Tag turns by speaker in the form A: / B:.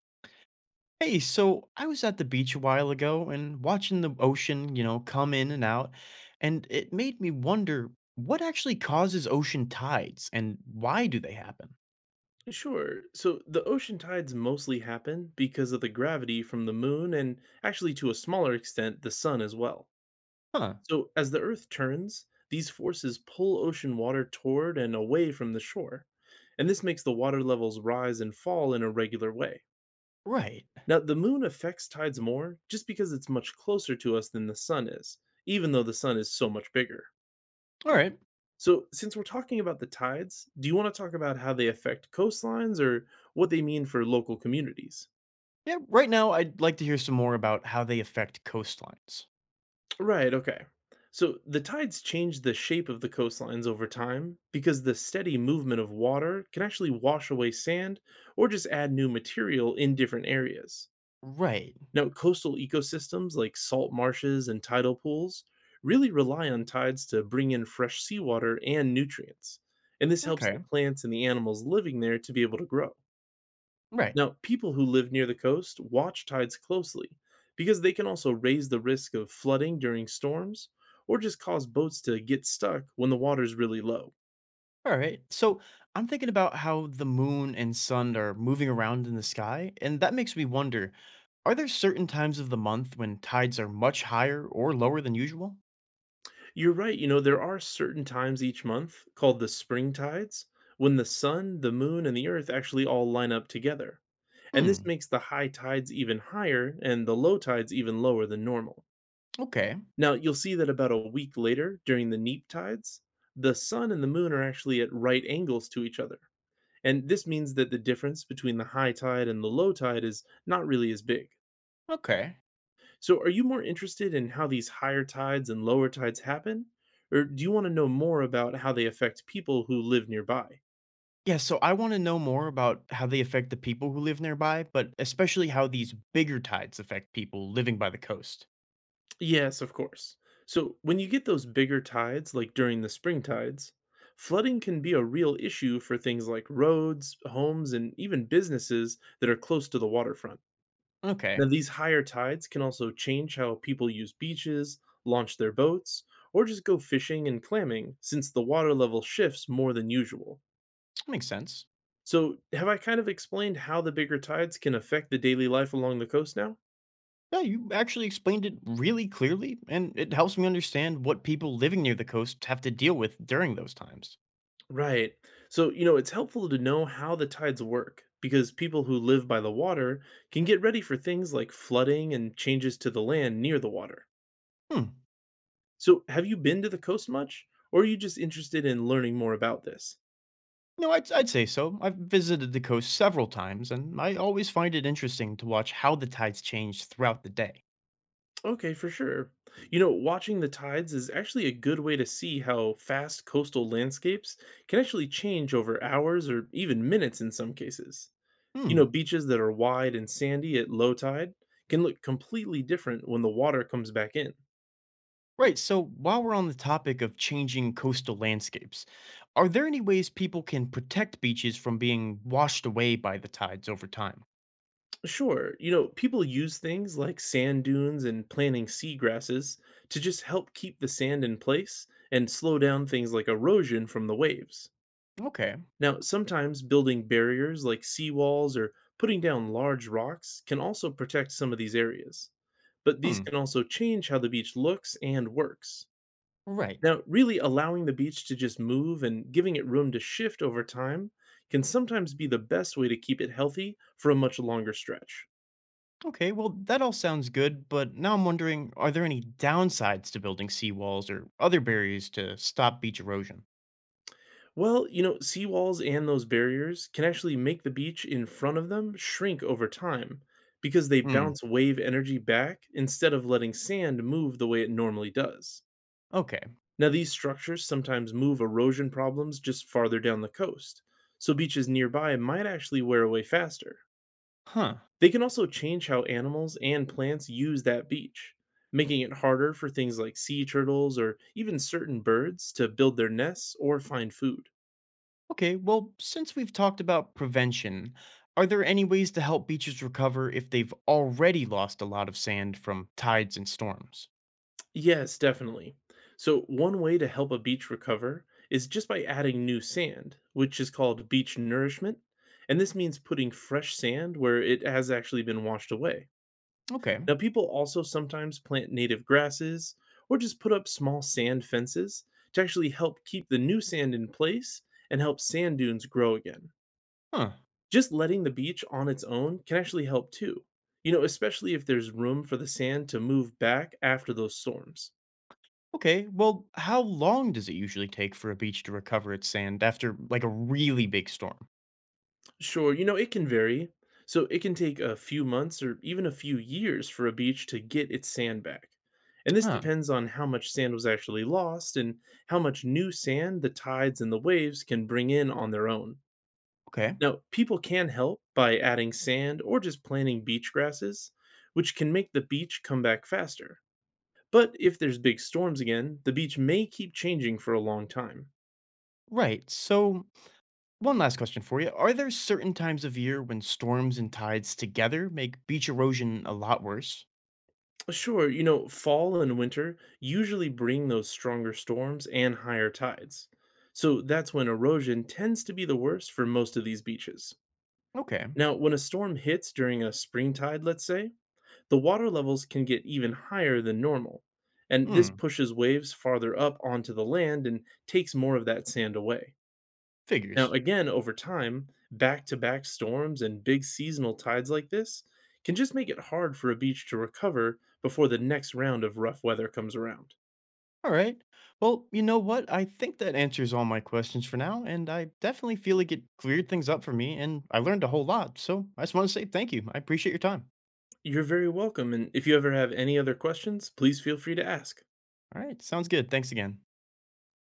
A: Hey, so I was at the beach a while ago and watching the ocean, come in and out, and it made me wonder what actually causes ocean tides and why do they happen?
B: Sure. So the ocean tides mostly happen because of the gravity from the moon and actually to a smaller extent the sun as well.
A: Huh,
B: So as the earth turns, these forces pull ocean water toward and away from the shore. And this makes the water levels rise and fall in a regular way.
A: right.
B: Now, the moon affects tides more just because it's much closer to us than the sun is, even though the sun is so much bigger.
A: All right.
B: So, since we're talking about the tides, do you want to talk about how they affect coastlines or what they mean for local communities?
A: Yeah, right now I'd like to hear some more about how they affect coastlines.
B: Right, okay. So the tides change the shape of the coastlines over time because the steady movement of water can actually wash away sand or just add new material in different areas.
A: Right.
B: Now, coastal ecosystems like salt marshes and tidal pools really rely on tides to bring in fresh seawater and nutrients. And this helps the
A: Okay.
B: plants and the animals living there to be able to grow.
A: Right.
B: Now, people who live near the coast watch tides closely because they can also raise the risk of flooding during storms or just cause boats to get stuck when the water's really low.
A: All right. So I'm thinking about how the moon and sun are moving around in the sky, and that makes me wonder, are there certain times of the month when tides are much higher or lower than usual?
B: You're right, you know, there are certain times each month called the spring tides when the sun, the moon, and the earth actually all line up together. And this
A: Hmm.
B: makes the high tides even higher and the low tides even lower than normal.
A: Okay.
B: Now, you'll see that about a week later during the neap tides, the sun and the moon are actually at right angles to each other. And this means that the difference between the high tide and the low tide is not really as big.
A: Okay.
B: So, are you more interested in how these higher tides and lower tides happen? Or do you want to know more about how they affect people who live nearby?
A: Yeah, so I want to know more about how they affect the people who live nearby, but especially how these bigger tides affect people living by the coast.
B: Yes, of course. So, when you get those bigger tides, like during the spring tides, flooding can be a real issue for things like roads, homes, and even businesses that are close to the waterfront.
A: Okay.
B: Now, these higher tides can also change how people use beaches, launch their boats, or just go fishing and clamming, since the water level shifts more than usual.
A: Makes sense.
B: So, have I kind of explained how the bigger tides can affect the daily life along the coast now?
A: Yeah, you actually explained it really clearly, and it helps me understand what people living near the coast have to deal with during those times.
B: Right. So, you know, it's helpful to know how the tides work, because people who live by the water can get ready for things like flooding and changes to the land near the water.
A: Hmm.
B: So, have you been to the coast much, or are you just interested in learning more about this?
A: No, I'd say so. I've visited the coast several times, and I always find it interesting to watch how the tides change throughout the day.
B: Okay, for sure. You know, watching the tides is actually a good way to see how fast coastal landscapes can actually change over hours or even minutes in some cases. You
A: Hmm.
B: know, beaches that are wide and sandy at low tide can look completely different when the water comes back in.
A: Right. So while we're on the topic of changing coastal landscapes, are there any ways people can protect beaches from being washed away by the tides over time?
B: Sure, you know, people use things like sand dunes and planting seagrasses to just help keep the sand in place and slow down things like erosion from the waves.
A: Okay.
B: Now, sometimes building barriers like seawalls or putting down large rocks can also protect some of these areas, but these
A: Hmm.
B: can also change how the beach looks and works.
A: Right.
B: Now, really allowing the beach to just move and giving it room to shift over time can sometimes be the best way to keep it healthy for a much longer stretch.
A: Okay. Well, that all sounds good, but now I'm wondering, are there any downsides to building seawalls or other barriers to stop beach erosion?
B: Well, you know, seawalls and those barriers can actually make the beach in front of them shrink over time because they
A: Hmm.
B: bounce wave energy back instead of letting sand move the way it normally does.
A: Okay.
B: Now, these structures sometimes move erosion problems just farther down the coast, so beaches nearby might actually wear away faster.
A: Huh.
B: They can also change how animals and plants use that beach, making it harder for things like sea turtles or even certain birds to build their nests or find food.
A: Okay. Well, since we've talked about prevention, are there any ways to help beaches recover if they've already lost a lot of sand from tides and storms?
B: Yes, definitely. So, one way to help a beach recover is just by adding new sand, which is called beach nourishment. And this means putting fresh sand where it has actually been washed away.
A: Okay.
B: Now, people also sometimes plant native grasses or just put up small sand fences to actually help keep the new sand in place and help sand dunes grow again.
A: Huh.
B: Just letting the beach on its own can actually help too, you know, especially if there's room for the sand to move back after those storms.
A: Okay. Well, how long does it usually take for a beach to recover its sand after like a really big storm?
B: Sure, you know, it can vary. So it can take a few months or even a few years for a beach to get its sand back. And this
A: Huh.
B: depends on how much sand was actually lost and how much new sand the tides and the waves can bring in on their own.
A: Okay.
B: Now, people can help by adding sand or just planting beach grasses, which can make the beach come back faster. But if there's big storms again, the beach may keep changing for a long time.
A: Right. So, one last question for you. Are there certain times of year when storms and tides together make beach erosion a lot worse?
B: Well, sure, you know, fall and winter usually bring those stronger storms and higher tides. So that's when erosion tends to be the worst for most of these beaches.
A: Okay.
B: Now, when a storm hits during a spring tide, let's say, the water levels can get even higher than normal. And this
A: Hmm.
B: pushes waves farther up onto the land and takes more of that sand away. Now,
A: Figures.
B: again, over time, back to back storms and big seasonal tides like this can just make it hard for a beach to recover before the next round of rough weather comes around.
A: All right. Well, you know what? I think that answers all my questions for now, and I definitely feel like it cleared things up for me, and I learned a whole lot. So, I just want to say thank you. I appreciate your time.
B: You're very welcome, and if you ever have any other questions, please feel free to ask.
A: All right. Sounds good. Thanks again.